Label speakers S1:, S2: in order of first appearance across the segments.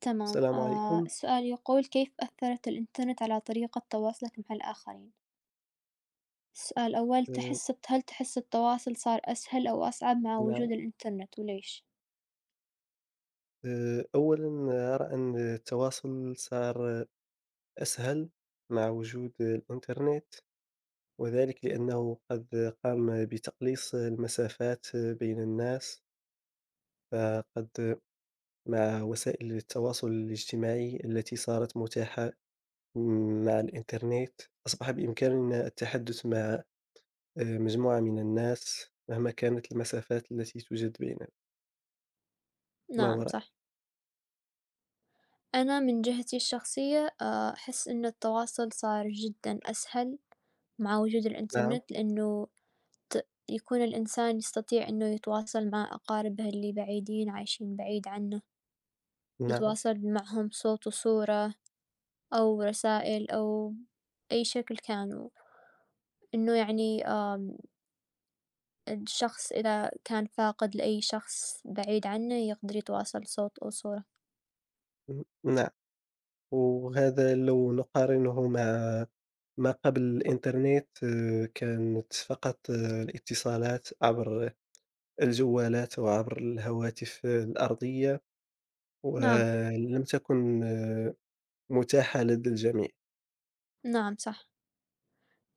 S1: تمام.
S2: السلام عليكم.
S1: السؤال يقول كيف أثّرت الإنترنت على طريقة تواصلك مع الآخرين؟ السؤال الأول
S2: آه،
S1: هل تحس التواصل صار أسهل أو أصعب مع
S2: نعم.
S1: وجود الإنترنت وليش؟
S2: أولا، أرى أن التواصل صار أسهل مع وجود الإنترنت، وذلك لأنه قد قام بتقليص المسافات بين الناس. فقد مع وسائل التواصل الاجتماعي التي صارت متاحة مع الإنترنت، أصبح بإمكاننا التحدث مع مجموعة من الناس مهما كانت المسافات التي توجد بيننا. ما هو
S1: نعم
S2: رأيك؟
S1: صح. أنا من جهتي الشخصية أحس إن التواصل صار جدا أسهل مع وجود
S2: نعم،
S1: الإنترنت لأنه يكون الإنسان يستطيع إنه يتواصل مع أقاربه اللي بعيدين عايشين بعيد عنه
S2: نعم،
S1: يتواصل معهم صوت وصورة أو رسائل أو أي شكل كانوا إنه يعني الشخص إذا كان فاقد لأي شخص بعيد عنّه يقدر يتواصل صوت أو صورة.
S2: نعم. وهذا لو نقارنه مع ما قبل الإنترنت، كانت فقط الاتصالات عبر الجوالات وعبر الهواتف الأرضية،
S1: نعم،
S2: ولم تكن متاحة لدى الجميع.
S1: نعم صح.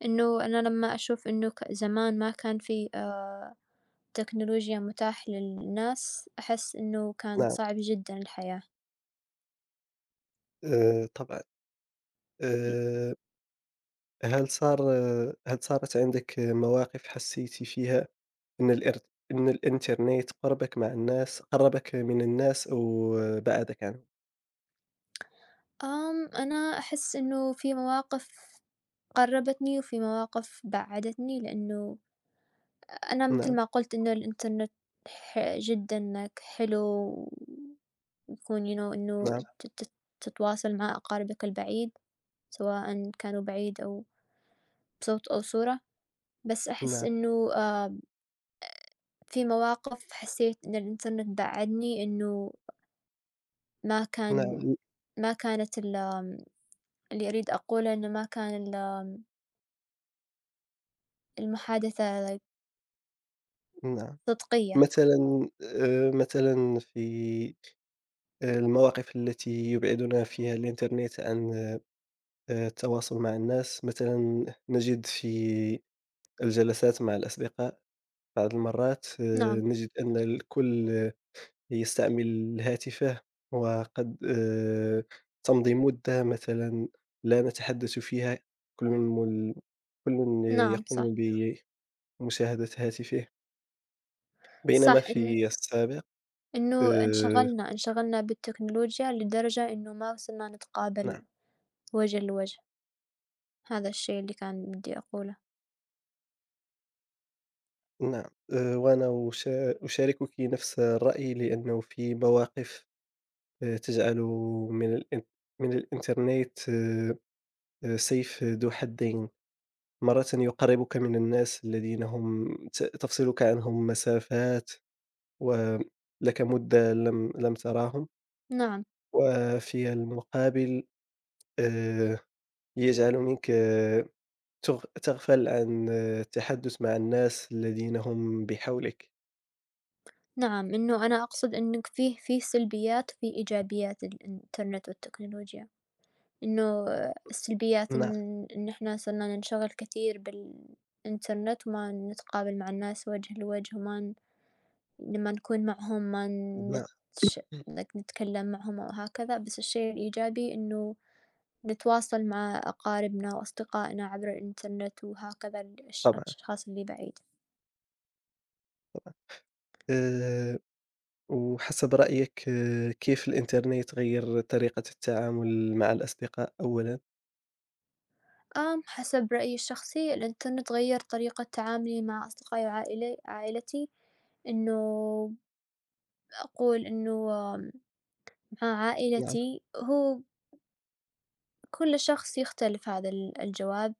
S1: إنه أنا لمّا أشوف إنه زمان ما كان في تكنولوجيا متاح للناس، أحس إنه كان
S2: نعم.
S1: صعب جدًا الحياة.
S2: طبعًا.
S1: ي
S2: آآ، هل صارت عندِك مواقف حسيتِ فيها إن الإر إن الإنترنت قربك مع الناس، قربك من الناس، أو بعدك عنهم؟
S1: آمم أنا أحس إنه في مواقف قرّبتني وفي مواقف بعّدتني، لإنه أنا متل
S2: نعم،
S1: ما قُلت إنه الإنترنت جدًا حلو ويكون إنه
S2: نعم،
S1: ت ت تتواصل مع أقاربك البعيد، سواءً كانوا بعيد أو بصوت أو صورة، بس أحس
S2: نعم،
S1: إنه في مواقف حسيت إن الإنترنت بعّدني إنه ما كان
S2: نعم،
S1: ما كانت ال آمم اللي أريد أقوله إنه ما كان ال آمم المحادثة
S2: نعم.
S1: صدقية.
S2: مثلًا، مثلًا في المواقف التي يبعدنا فيها الإنترنت عن التواصل مع الناس. مثلًا نجد في الجلسات مع الأصدقاء بعض المرات،
S1: نعم،
S2: نجد أن الكل يستعمل هاتفه، وقد تمضي مدة مثلًا لا نتحدث فيها. كل مل كل
S1: نعم
S2: يقوم
S1: صح،
S2: بمشاهدة هاتفه، بينما
S1: صح إن
S2: في السابق،
S1: إنه
S2: آآ،
S1: انشغلنا بالتكنولوجيا لدرجة إنه ما وصلنا نتقابل
S2: نعم.
S1: وجه لوجه، هذا الشي اللي كان بدي أقوله.
S2: نعم. وأنا أشاركِك نفس الرأي، لأنه في مواقف تجعل من الإن من الإنترنت سيف ذو حدين. مرةً يقرّبك من الناس الذين هم تفصلك عنهم مسافات، ولك مدة لم تراهم،
S1: نعم،
S2: وفي المقابل آآ يجعل منك آه، تغ تغفل عن التحدث مع الناس الذين هم بحولك.
S1: نعم، إنه أنا أقصد إنك فيه سلبيات وفيه إيجابيات الإنترنت والتكنولوجيا، إنه السلبيات
S2: نعم،
S1: إن إحنا صرنا ننشغل كثير بالإنترنت وما نتقابل مع الناس وجه لوجه، وما ن لما نكون معهم ما
S2: نعم،
S1: نتش نتكلم معهم أو هكذا، بس الشي الإيجابي إنه نتواصل مع أقاربنا وأصدقائنا عبر الإنترنت وهكذا
S2: طبعًا.
S1: الأشخاص اللي بعيد.
S2: آآ، وحسب رأيك، كيف الإنترنت غيّر طريقة التعامل مع الأصدقاء أولًا؟
S1: حسب رأيي الشخصي الإنترنت غير طريقة تعاملي مع أصدقائي عائلتي. إنه أقول إنه آم، مع
S2: نعم،
S1: عائلتي هو كل شخص يختلف هذا الجواب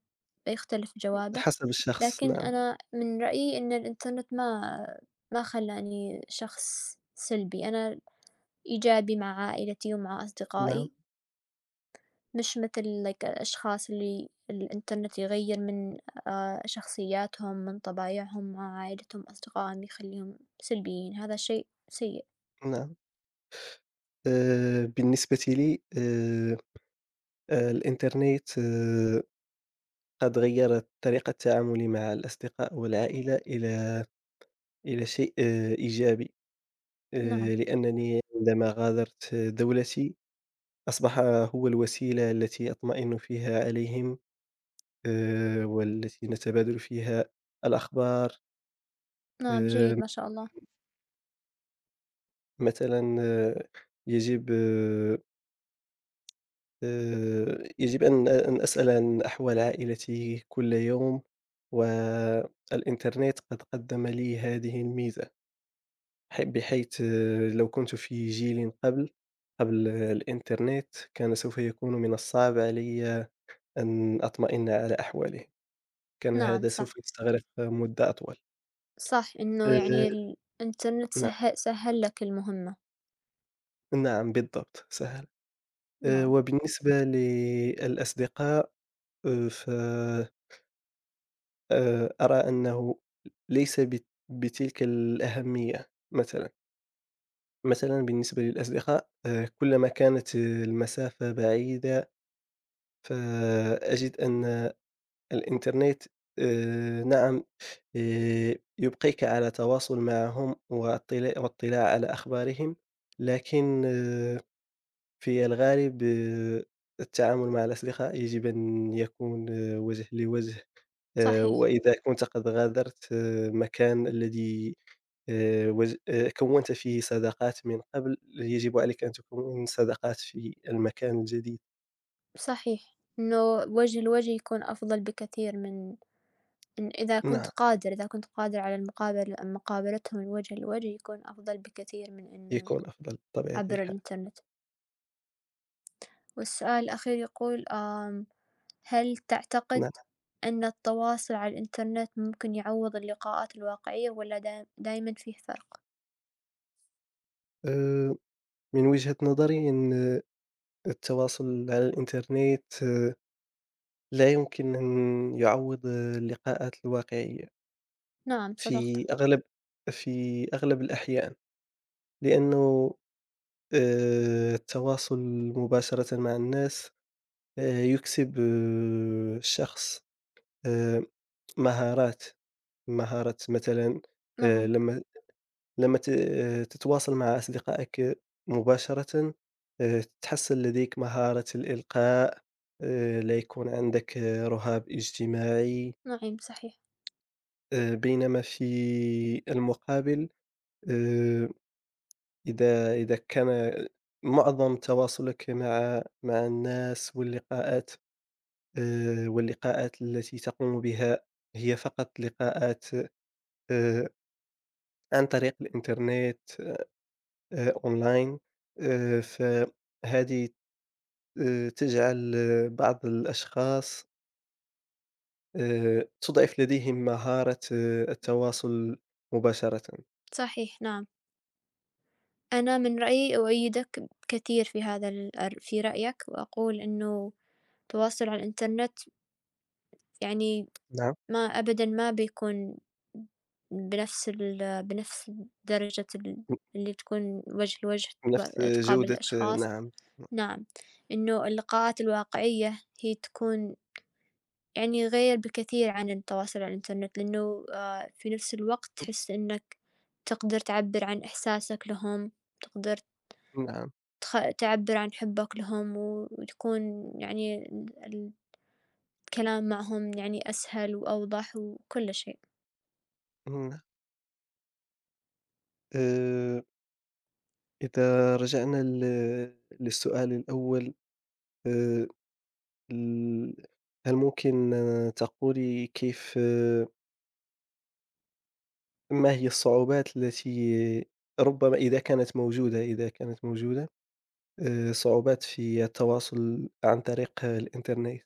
S1: يختلف جوابه.
S2: حسب الشخص،
S1: لكن
S2: نعم.
S1: أنا من رأيي إن الإنترنت ما خلاني شخص سلبي، أنا إيجابي مع عائلتي ومع
S2: نعم،
S1: أصدقائي، مش متل الأشخاص اللي الإنترنت يغير من شخصياتهم، من طبايعهم مع عائلتهم، أصدقائهم، يخليهم سلبيين، هذا شيء سيء.
S2: نعم. بالنسبة لي، الإنترنت قد غيّر طريقة تعاملي مع الأصدقاء والعائلة إلى شيء إيجابي،
S1: نعم،
S2: لأنني عندما غادرت دولتي أصبح هو الوسيلة التي أطمئن فيها عليهم، والتي نتبادل فيها الأخبار.
S1: نعم
S2: آآ
S1: جيد ما شاء الله.
S2: مثلًا، يجب يجب أن أسأل عن أحوال عائلتي كل يوم، والإنترنت قد قدم لي هذه الميزة، بحيث لو كنت في جيل قبل الإنترنت كان سوف يكون من الصعب علي أن أطمئن على أحواله. كان
S1: نعم
S2: هذا
S1: صح،
S2: سوف يستغرق مدة أطول.
S1: صح إنه
S2: آآ
S1: يعني الإنترنت
S2: نعم.
S1: سهّل لك المهمة.
S2: نعم، بالضبط، سهل.
S1: نعم،
S2: وبالنسبة للأصدقاء، ف أرى أنه ليس بتلك الأهمية، مثلًا. مثلًا بالنسبة للأصدقاء، كلما كانت المسافة بعيدة فأجد أن الإنترنت، نعم، يبقيك على تواصل معهم واطلاع على أخبارهم، لكن في الغالب، التعامل مع الأسلحة يجب أن يكون وجه لوجه.
S1: صحيح،
S2: وإذا كنت قد غادرت مكان الذي وج كوّنت فيه صداقات من قبل، يجب عليك أن تكوّن صداقات في المكان الجديد.
S1: صحيح. إنه وجه لوجه يكون أفضل بكثير من
S2: نعم،
S1: إذا كنت قادر على مقابلتهم الوجه لوجه يكون أفضل بكثير من إنه
S2: يكون أفضل بطبيعة
S1: عبر
S2: الحال.
S1: الإنترنت. والسؤال الأخير يقول هل تعتقد
S2: نعم.
S1: أن التواصل على الإنترنت ممكن يعوض اللقاءات الواقعية ولا دايما فيه فرق؟
S2: آآ، من وجهة نظري إن التواصل على الإنترنت لا يمكن أن يعوّض اللقاءات الواقعية.
S1: نعم صدقت.
S2: في أغلب في أغلب الأحيان، لأنه التواصل مباشرةً مع الناس يُكسب الشخص آآ مهارات. مهارة، مثلًا آآ
S1: نعم،
S2: لمّا لمّا ت آه، تتواصل مع أصدقائك مباشرةً، تحصل لديك مهارة الإلقاء. لا يكون عندك رهاب اجتماعي.
S1: نعم صحيح،
S2: بينما في المقابل، آآ إذا كان معظم تواصلك مع الناس واللقاءات، واللقاءات التي تقوم بها هي فقط لقاءات، آآ، عن طريق الإنترنت، أونلاين، فهذه تجعل بعض الأشخاص تضعف لديهم مهارة التواصل مباشرة.
S1: صحيح، نعم. أنا من رأيي أؤيدك كثير في هذا في رأيك، وأقول أنه التواصل على الإنترنت يعني
S2: نعم.
S1: ما أبدا ما بيكون بنفس درجة
S2: ن
S1: اللي تكون وجه لوجه
S2: نفس
S1: تقابل
S2: جودة.
S1: الأشخاص.
S2: نعم،
S1: نعم، إنه اللقاءات الواقعية هي تكون يعني غير بكثير عن التواصل على الإنترنت، لأنه في نفس الوقت تحس إنك تقدر تعبر عن إحساسك لهم، تقدر
S2: نعم،
S1: تخ تعبر عن حبك لهم، وتكون يعني ال الكلام معهم يعني أسهل وأوضح وكل شيء.
S2: نعم. آآ إذا رجعنا للسؤال الأول، آآ ال هل ممكن تقولي كيف، ما هي الصعوبات التي ربما إذا كانت موجودة، صعوبات في التواصل عن طريق الإنترنت؟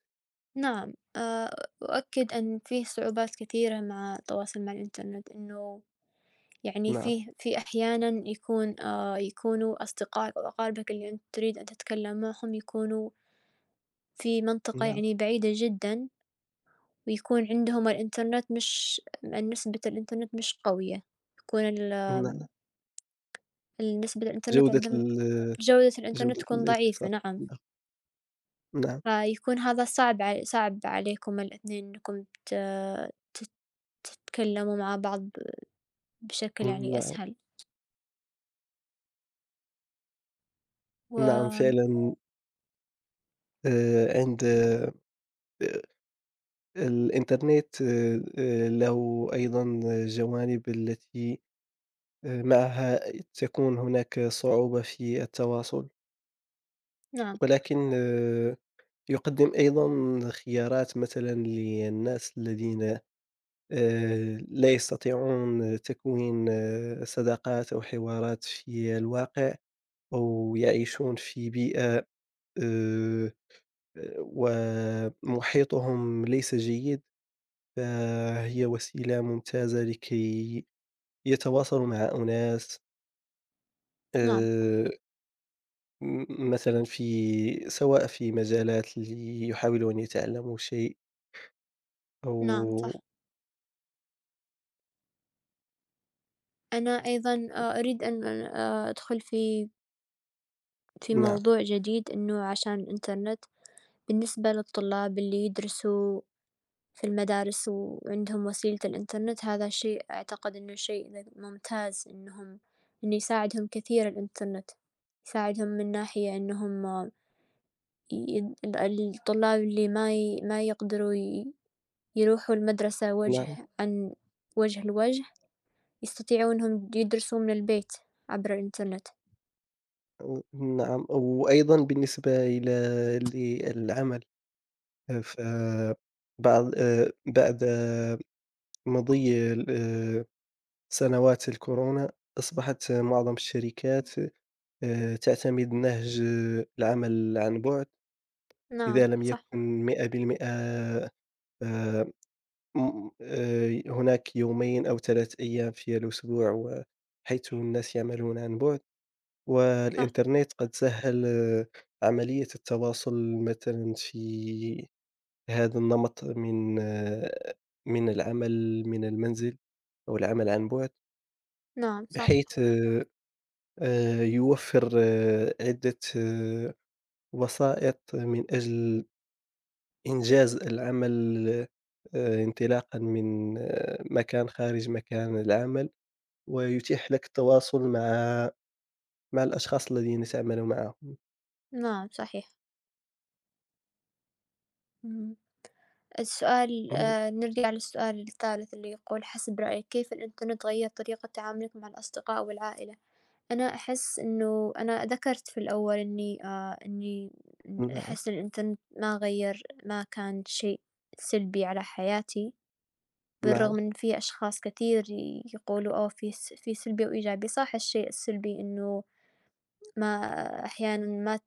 S1: نعم، أؤكد أن فيه صعوبات كثيرة مع التواصل مع الإنترنت، إنه يعني
S2: نعم،
S1: في أحيانًا يكونوا أصدقائك أو أقاربك اللي أنت تريد أن تتكلم معهم يكونوا في منطقة
S2: نعم،
S1: يعني بعيدة جدًا، ويكون عندهم الإنترنت مش نسبة الإنترنت مش قوية، يكون ال
S2: نعم.
S1: ال نسبة الإنترنت
S2: جودة
S1: عندهم
S2: ال
S1: جودة الإنترنت
S2: جودة
S1: تكون ضعيفة.
S2: الاتصال.
S1: نعم،
S2: نعم، نعم،
S1: فيكون هذا صعب صعب عليكم الإثنين إنكم ت تت تتكلموا مع بعض بشكل يعني
S2: نعم.
S1: أسهل.
S2: نعم،
S1: و
S2: فعلًا. عند الإنترنت له أيضًا جوانب التي معها تكون هناك صعوبة في التواصل،
S1: نعم،
S2: ولكن يقدم أيضًا خيارات، مثلًا للناس الذين لا يستطيعون تكوين صداقات أو حوارات في الواقع، أو يعيشون في بيئة آآ ومحيطهم ليس جيد، فهي وسيلة ممتازة لكي يتواصل مع أناس،
S1: نعم،
S2: آآ م مثلًا في، سواء في مجالات اللي يحاولوا أن يتعلموا شيء،
S1: نعم
S2: أو
S1: صح. أنا أيضًا أريد أن أدخل في
S2: نعم.
S1: موضوع جديد إنه عشان الإنترنت بالنسبة للطلاب اللي يدرسوا في المدارس وعندهم وسيلة الإنترنت، هذا شيء أعتقد إنه شيء ممتاز. إنه يساعدهم كثير الإنترنت، يساعدهم من ناحية إنهم ي ال الطلاب اللي ما يقدروا يروحوا المدرسة
S2: نعم.
S1: عن وجه لوجه، يستطيعوا إنهم يدرسوا من البيت عبر الإنترنت.
S2: نعم، وأيضًا بالنسبة للعمل، ف بعد بعد مضي ال سنوات الكورونا، أصبحت معظم الشركات تعتمد نهج العمل عن بُعد. إذا
S1: نعم،
S2: لم
S1: صح.
S2: يكن 100%، م هناك يومين أو 3 أيام في الأسبوع، حيث الناس يعملون عن بُعد،
S1: صح،
S2: والإنترنت قد سهّل عملية التواصل، مثلًا في هذا النمط من من العمل من المنزل أو العمل عن بُعد،
S1: نعم صح،
S2: بحيث يوفّر عدة وسائط من أجل إنجاز العمل انطلاقًا من مكان خارج مكان العمل. ويتيح لك التواصل مع الأشخاص الذين تعمل معهم. مم.
S1: نعم صحيح، إمم، السؤال نرجع للسؤال الثالث اللي يقول حسب رأيك كيف الإنترنت غيّر طريقة تعاملك مع الأصدقاء والعائلة؟ أنا أحس إنه أنا ذكرت في الأول إني
S2: نعم،
S1: أحس إن الإنترنت ما كان شيء سلبي على حياتي،
S2: نعم،
S1: بالرغم إن في أشخاص كثير يقولوا أوه في سلبي وإيجابي، صح الشيء السلبي إنه ما أحيانًا ما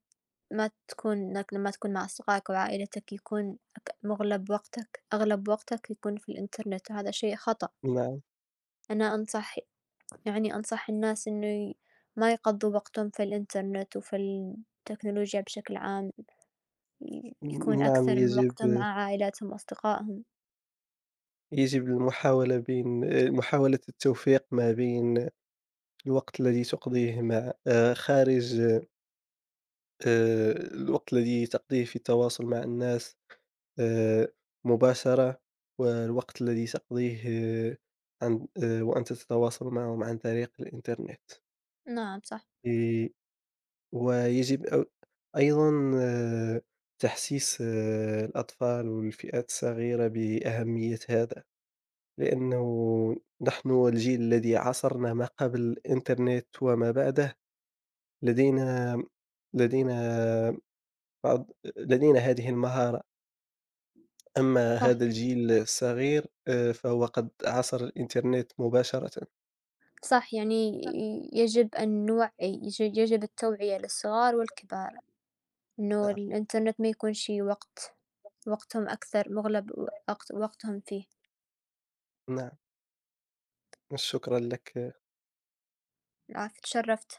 S1: ما تكون إنك لمّا تكون مع أصدقائك وعائلتك يكون مغلب وقتك أغلب وقتك يكون في الإنترنت، وهذا شيء خطأ.
S2: نعم.
S1: أنا يعني أنصح الناس إنه ما يقضّوا وقتهم في الإنترنت وفي التكنولوجيا بشكل عام، يكون
S2: نعم،
S1: أكثر من وقتهم مع عائلاتهم وأصدقائهم.
S2: يجب المحاولة بين، محاولة التوفيق ما بين الوقت الذي تقضيه مع خارج الوقت الذي تقضيه في التواصل مع الناس آآ، مباشرة، والوقت الذي تقضيه آه، عن وأنت تتواصل معهم عن طريق الإنترنت.
S1: نعم صح،
S2: آآ ويجب أو أيضًا آه، تحسيس الأطفال والفئات الصغيرة بأهمية هذا، لأنه نحن الجيل الذي عاصرنا ما قبل الإنترنت وما بعده لدينا لدينا بعض لدينا هذه المهارة. أما
S1: صح،
S2: هذا الجيل الصغير، فهو قد عاصر الإنترنت مباشرةً.
S1: صح، يعني يجب أن نوعّي، يجب التوعية للصغار والكبار. إنه
S2: نعم.
S1: الإنترنت ما يكونش وقت، وقتهم أكثر مُغلب وقت وقتهم فيه.
S2: نعم، شكرًا لك.
S1: العفو، اتشرّفت.